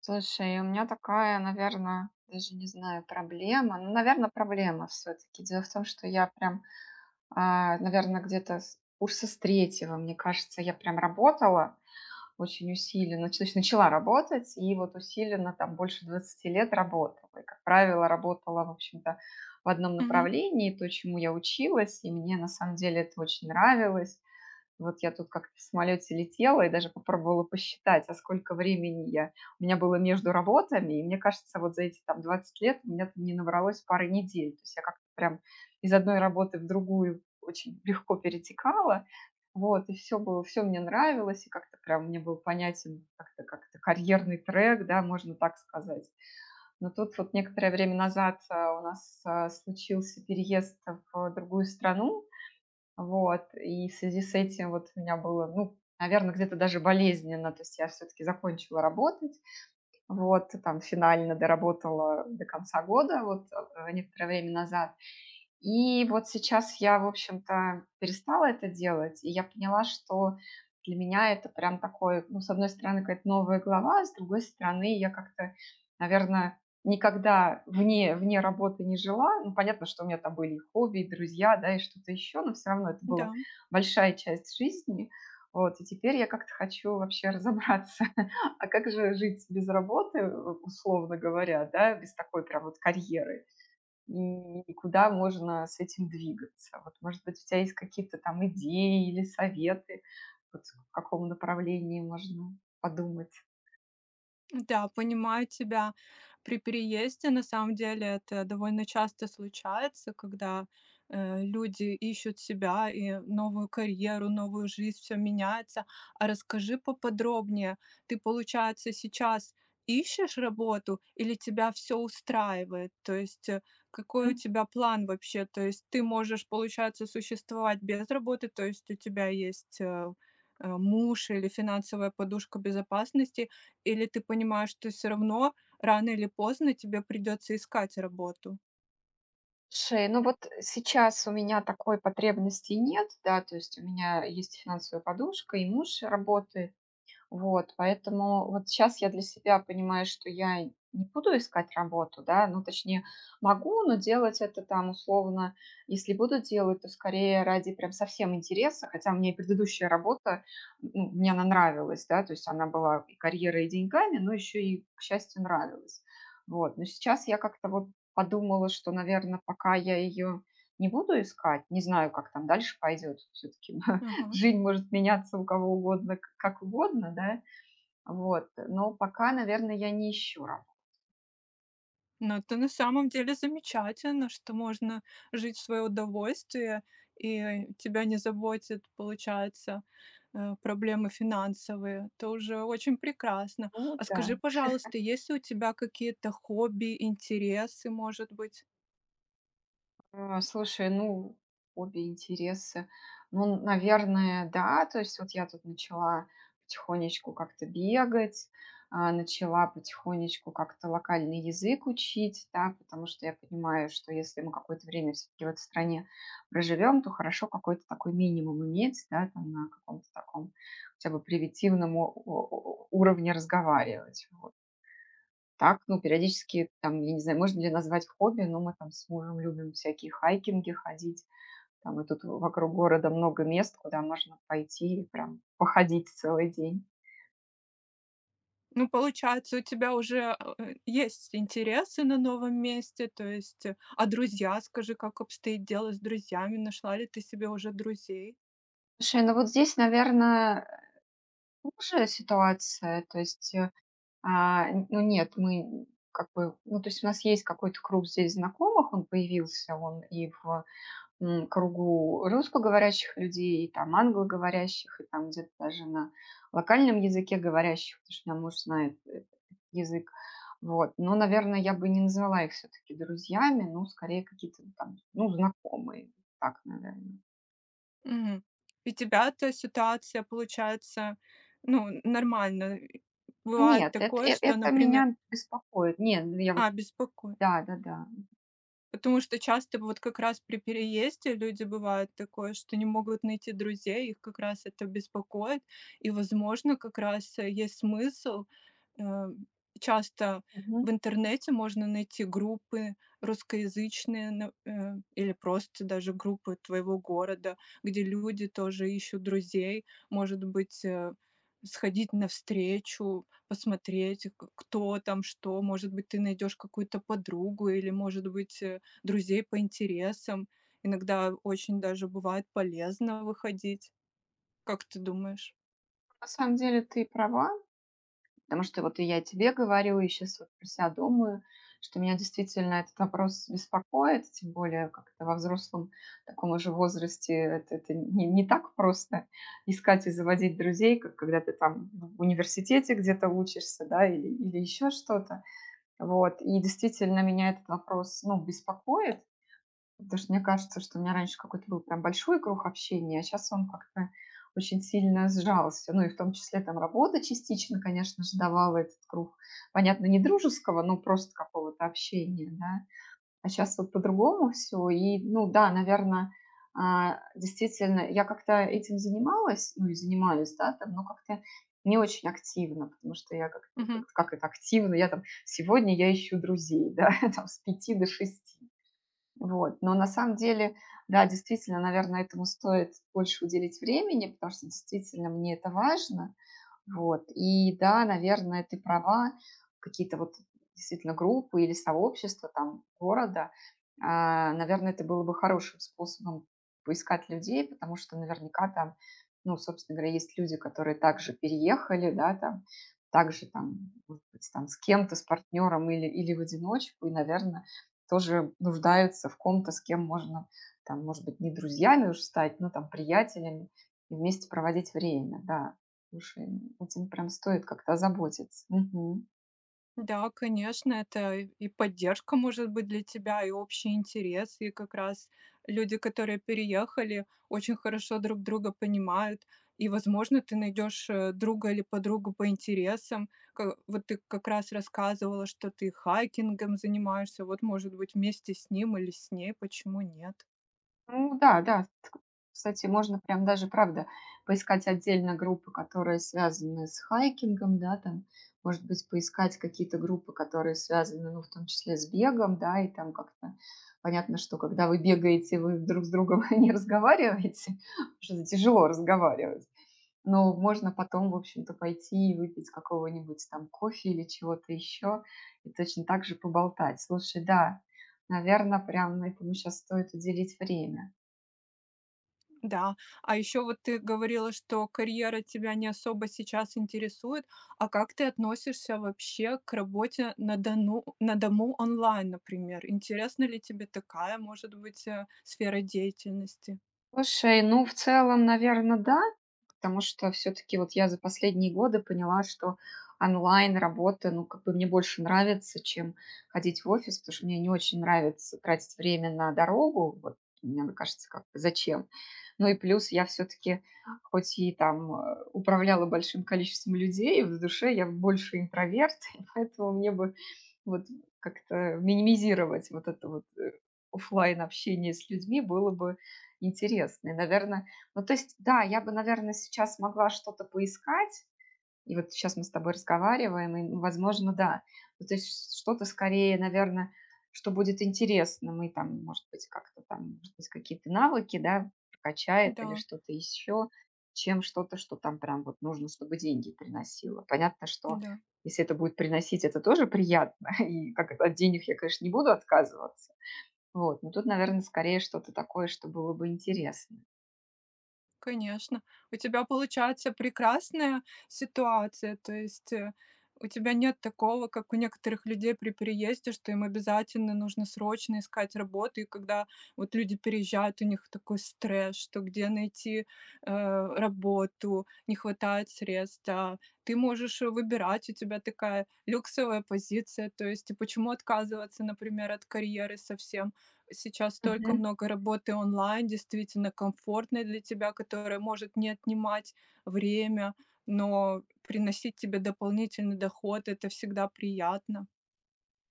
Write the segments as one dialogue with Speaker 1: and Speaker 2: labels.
Speaker 1: Слушай, у меня такая, наверное, даже не знаю, проблема. Ну, наверное, проблема все таки. Дело в том, что я прям, наверное, где-то с курса с 3, мне кажется, я прям работала очень усиленно. То есть начала работать и вот усиленно там больше 20 лет работала. И, как правило, работала, в общем-то, в одном
Speaker 2: Мгм.
Speaker 1: направлении, то, чему я училась, и мне на самом деле это очень нравилось. Вот я тут как-то в самолете летела и даже попробовала посчитать, а сколько времени я у меня было между работами. И мне кажется, вот за эти там 20 лет у меня там не набралось пары недель. То есть я как-то прям из одной работы в другую очень легко перетекала. Вот, и все было, все мне нравилось, и как-то прям мне был понятен как то карьерный трек, да, можно так сказать. Но тут вот некоторое время назад у нас случился переезд в другую страну, вот, и в связи с этим вот у меня было, ну, наверное, где-то даже болезненно. То есть я все таки закончила работать, вот, там финально доработала до конца года, вот, некоторое время назад. И вот сейчас я, в общем-то, перестала это делать, и я поняла, что для меня это прям такой, ну, с одной стороны, какая-то новая глава, а с другой стороны, я как-то, наверное, никогда вне работы не жила. Ну, понятно, что у меня там были и хобби, и друзья, да, и что-то еще, но все равно это была
Speaker 2: Да.
Speaker 1: большая часть жизни. Вот, и теперь я как-то хочу вообще разобраться, а как же жить без работы, условно говоря, да, без такой прям вот карьеры и куда можно с этим двигаться. Вот, может быть, у тебя есть какие-то там идеи или советы, вот в каком направлении можно подумать?
Speaker 2: Да, понимаю тебя. При переезде на самом деле это довольно часто случается, когда люди ищут себя и новую карьеру, новую жизнь, все меняется. А расскажи поподробнее, ты, получается, сейчас ищешь работу или тебя все устраивает? То есть какой у
Speaker 1: М,
Speaker 2: тебя план вообще? То есть ты можешь, получается, существовать без работы, то есть у тебя есть муж или финансовая подушка безопасности, или ты понимаешь, что все равно рано или поздно тебе придется искать работу?
Speaker 1: слушай, ну вот сейчас у меня такой потребности нет, да, то есть у меня есть финансовая подушка, и муж работает. Вот, поэтому вот сейчас я для себя понимаю, что я не буду искать работу, да, ну, точнее, могу, но делать это там условно, если буду делать, то скорее ради прям совсем интереса, хотя мне и предыдущая работа, ну, мне она нравилась, да, то есть она была и карьерой, и деньгами, но еще и, к счастью, нравилась. Вот, но сейчас я как-то вот подумала, что, наверное, пока я ее не буду искать, не знаю, как там дальше пойдет все-таки,
Speaker 2: Ага.
Speaker 1: жизнь может меняться у кого угодно, как угодно, да, вот, но пока, наверное, я не ищу работу.
Speaker 2: Но это на самом деле замечательно, что можно жить в свое удовольствие, и тебя не заботят, получается, проблемы финансовые. Это уже очень прекрасно.
Speaker 1: Ну,
Speaker 2: А
Speaker 1: да.
Speaker 2: скажи, пожалуйста, есть ли у тебя какие-то хобби, интересы, может быть?
Speaker 1: Слушай, ну, обе интересы. Ну, наверное, да. То есть вот я тут начала потихонечку как-то бегать, начала потихонечку как-то локальный язык учить, да, потому что я понимаю, что если мы какое-то время все-таки в этой стране проживем, то хорошо какой-то такой минимум иметь, да, там на каком-то таком хотя бы привитивном уровне разговаривать. Так, ну, периодически, там, я не знаю, можно ли назвать хобби, но мы там с мужем любим всякие хайкинги ходить. Там и тут вокруг города много мест, куда можно пойти и прям походить целый день.
Speaker 2: Ну, получается, у тебя уже, есть интересы на новом месте, то есть, а друзья, скажи, как обстоит дело с друзьями? Нашла ли ты себе уже друзей?
Speaker 1: Слушай, ну вот здесь, наверное, хуже ситуация. То есть, ну нет, мы как бы, ну то есть у нас есть какой-то круг здесь знакомых, он появился, он и в кругу русскоговорящих людей, и там англоговорящих, и там где-то даже на локальном языке говорящих, потому что у меня муж знает язык. Вот. Но, наверное, я бы не назвала их все-таки друзьями, ну, скорее какие-то там, ну, знакомые. Так, наверное.
Speaker 2: Мгм. И тебя-то ситуация получается, ну, нормально. Бывает
Speaker 1: Нет, это,
Speaker 2: такое,
Speaker 1: э-
Speaker 2: что,
Speaker 1: это
Speaker 2: например.
Speaker 1: меня беспокоит. Нет, ну, я вот,
Speaker 2: А, беспоко
Speaker 1: да, да, да.
Speaker 2: Потому что часто вот как раз при переезде люди бывают такое, что не могут найти друзей, их как раз это беспокоит. И, возможно, как раз, есть смысл, э, часто
Speaker 1: Мгм.
Speaker 2: в интернете можно найти группы русскоязычные, на или просто даже группы твоего города, где люди тоже ищут друзей. Может быть, сходить навстречу, посмотреть, к кто там что. Может быть, ты найдешь какую-то подругу или, может быть, друзей по интересам. Иногда очень даже бывает полезно выходить. Как ты думаешь?
Speaker 1: На самом деле ты права, Потому что вот и я тебе говорю, и сейчас вот про себя думаю, что меня действительно этот вопрос беспокоит, тем более как-то во взрослом таком уже возрасте это не так просто искать и заводить друзей, как когда ты там ну, в университете где-то учишься, да, или еще что-то. Вот. И действительно меня этот вопрос, ну, беспокоит, Потому что мне кажется, что у меня раньше какой-то был прям большой круг общения, а сейчас он как-то очень сильно сжался. Ну и в том числе там работа частично, конечно же, давала этот круг. Понятно, не дружеского, но просто какого-то общения, да. А сейчас вот по-другому все. И, ну да, наверное, действительно, я как-то этим занималась, ну и занимаюсь, да, там, но как-то не очень активно, потому что я как,
Speaker 2: Мгм.
Speaker 1: как, как это активно, я там, сегодня я ищу друзей, да, там, с пяти до шести. Вот. Но на самом деле, да, действительно, наверное, этому стоит больше уделить времени, потому что действительно мне это важно. Вот. И да, наверное, ты права, какие-то вот действительно группы или сообщества там города, наверное, это было бы хорошим способом поискать людей, потому что наверняка там, ну, собственно говоря, есть люди, которые также переехали, да, там, также там, может быть, там с кем-то, с партнером или в одиночку, и, наверное, тоже нуждаются в ком-то, с кем можно, там, может быть, не друзьями уж стать, но там приятелями и вместе проводить время, да. Слушай, ну, этим прям стоит как-то озаботиться. Мгм.
Speaker 2: Да, конечно, это и поддержка может быть для тебя, и общий интерес, и как раз люди, которые переехали, очень хорошо друг друга понимают, и, возможно, ты найдешь друга или подругу по интересам. Вот ты как раз рассказывала, что ты хайкингом занимаешься, вот, может быть, вместе с ним или с ней, почему нет?
Speaker 1: Ну да, да. Кстати, можно прям даже, правда, поискать отдельно группы, которые связаны с хайкингом, да, там, может быть, поискать какие-то группы, которые связаны, ну, в том числе с бегом, да, и там как-то понятно, что когда вы бегаете, вы друг с другом не разговариваете, потому что тяжело разговаривать. Но можно потом, в общем-то, пойти и выпить какого-нибудь там кофе или чего-то еще, и точно так же поболтать. Слушай, да, наверное, прям этому сейчас стоит уделить время.
Speaker 2: Да, а еще вот ты говорила, что карьера тебя не особо сейчас интересует. А как ты относишься вообще к работе на дому онлайн, например? Интересна ли тебе такая, может быть, сфера деятельности?
Speaker 1: Слушай, ну, в целом, наверное, да, потому что все таки вот я за последние годы поняла, что онлайн-работа, ну, как бы мне больше нравится, чем ходить в офис, потому что мне не очень нравится тратить время на дорогу. Вот мне оно кажется, как бы зачем. Ну и плюс я все таки хоть и там, управляла большим количеством людей, в душе я больше интроверт, и поэтому мне бы вот как-то минимизировать вот это вот офлайн общение с людьми было бы интересно. И, наверное, ну то есть, да, я бы, наверное, сейчас могла что-то поискать, и вот сейчас мы с тобой разговариваем, и, возможно, да. Ну, то есть что-то скорее, наверное, что будет интересно. Мы там, может быть, как-то там, может быть, какие-то навыки, да, качает или
Speaker 2: Да,
Speaker 1: что-то еще, чем что-то, что там прям вот нужно, чтобы деньги приносило. Понятно, что
Speaker 2: да.
Speaker 1: если это будет приносить, это тоже приятно. И как это, от денег я, конечно, не буду отказываться. Вот, но тут, наверное, скорее что-то такое, что было бы интересно.
Speaker 2: Конечно. У тебя получается прекрасная ситуация. То есть, у тебя нет такого, как у некоторых людей при переезде, что им обязательно нужно срочно искать работу. И когда вот люди переезжают, у них такой стресс, что где найти, работу, не хватает средств. А ты можешь выбирать, у тебя такая люксовая позиция. То есть, и почему отказываться, например, от карьеры совсем? Сейчас столько много работы онлайн, действительно комфортной для тебя, которая может не отнимать время, но приносить тебе дополнительный доход. Это всегда приятно.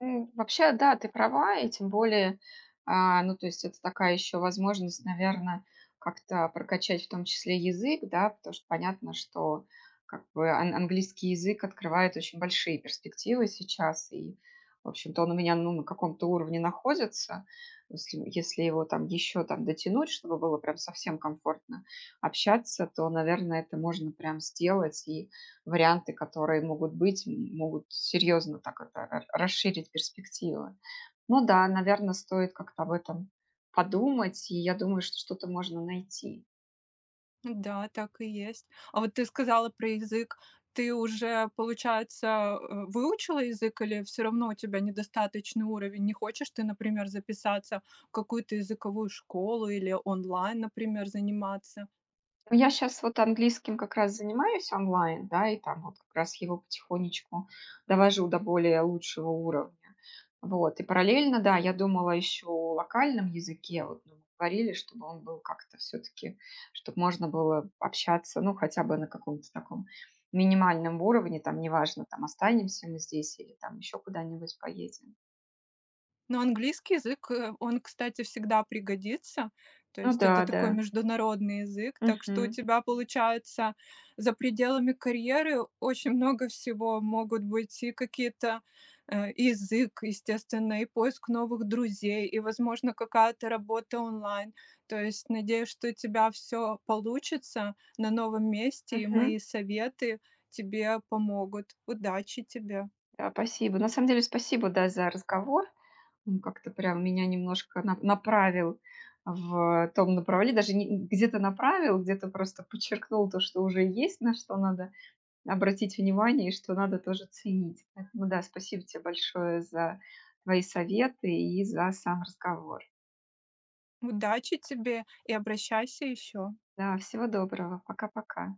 Speaker 1: Вообще, да, ты права, и тем более, ну, то есть это такая еще возможность, наверное, как-то прокачать в том числе язык, да, потому что понятно, что как бы английский язык открывает очень большие перспективы сейчас, и, в общем-то, он у меня, ну, на каком-то уровне находится, если его там еще там дотянуть, чтобы было прям совсем комфортно общаться, то, наверное, это можно прям сделать и варианты, которые могут быть, могут серьезно так это расширить перспективы. Ну да, наверное, стоит как-то об этом подумать, и я думаю, что что-то можно найти.
Speaker 2: Да, так и есть. А вот ты сказала про язык. Ты уже, получается, выучила язык или все равно у тебя недостаточный уровень? Не хочешь ты, например, записаться в какую-то языковую школу или онлайн, например, заниматься?
Speaker 1: Ну, я сейчас вот английским как раз занимаюсь онлайн, да, и там вот как раз его потихонечку довожу до более лучшего уровня. Вот, и параллельно, да, я думала еще о локальном языке, вот, ну, мы говорили, чтобы он был как-то все-таки, чтобы можно было общаться, ну, хотя бы на каком-то таком минимальном уровне, там, неважно, там, останемся мы здесь или там еще куда-нибудь поедем.
Speaker 2: Но английский язык, он, кстати, всегда пригодится. То
Speaker 1: Ну
Speaker 2: есть это
Speaker 1: да, да.
Speaker 2: такой международный язык, так что у
Speaker 1: Мгм.
Speaker 2: тебя получается за пределами карьеры очень много всего. Могут быть и какие-то и язык, естественно, и поиск новых друзей, и, возможно, какая-то работа онлайн. То есть надеюсь, что у тебя все получится на новом месте, и
Speaker 1: Мгм.
Speaker 2: мои советы тебе помогут. Удачи тебе.
Speaker 1: Да, спасибо. На самом деле, спасибо, да, за разговор. Ну, как-то прям меня немножко на направил в том направлении, даже не где-то направил, где-то просто подчеркнул то, что уже есть, на что надо обратить внимание и что надо тоже ценить. Поэтому да, спасибо тебе большое за твои советы и за сам разговор.
Speaker 2: Удачи тебе и обращайся еще.
Speaker 1: Да, всего доброго. Пока-пока.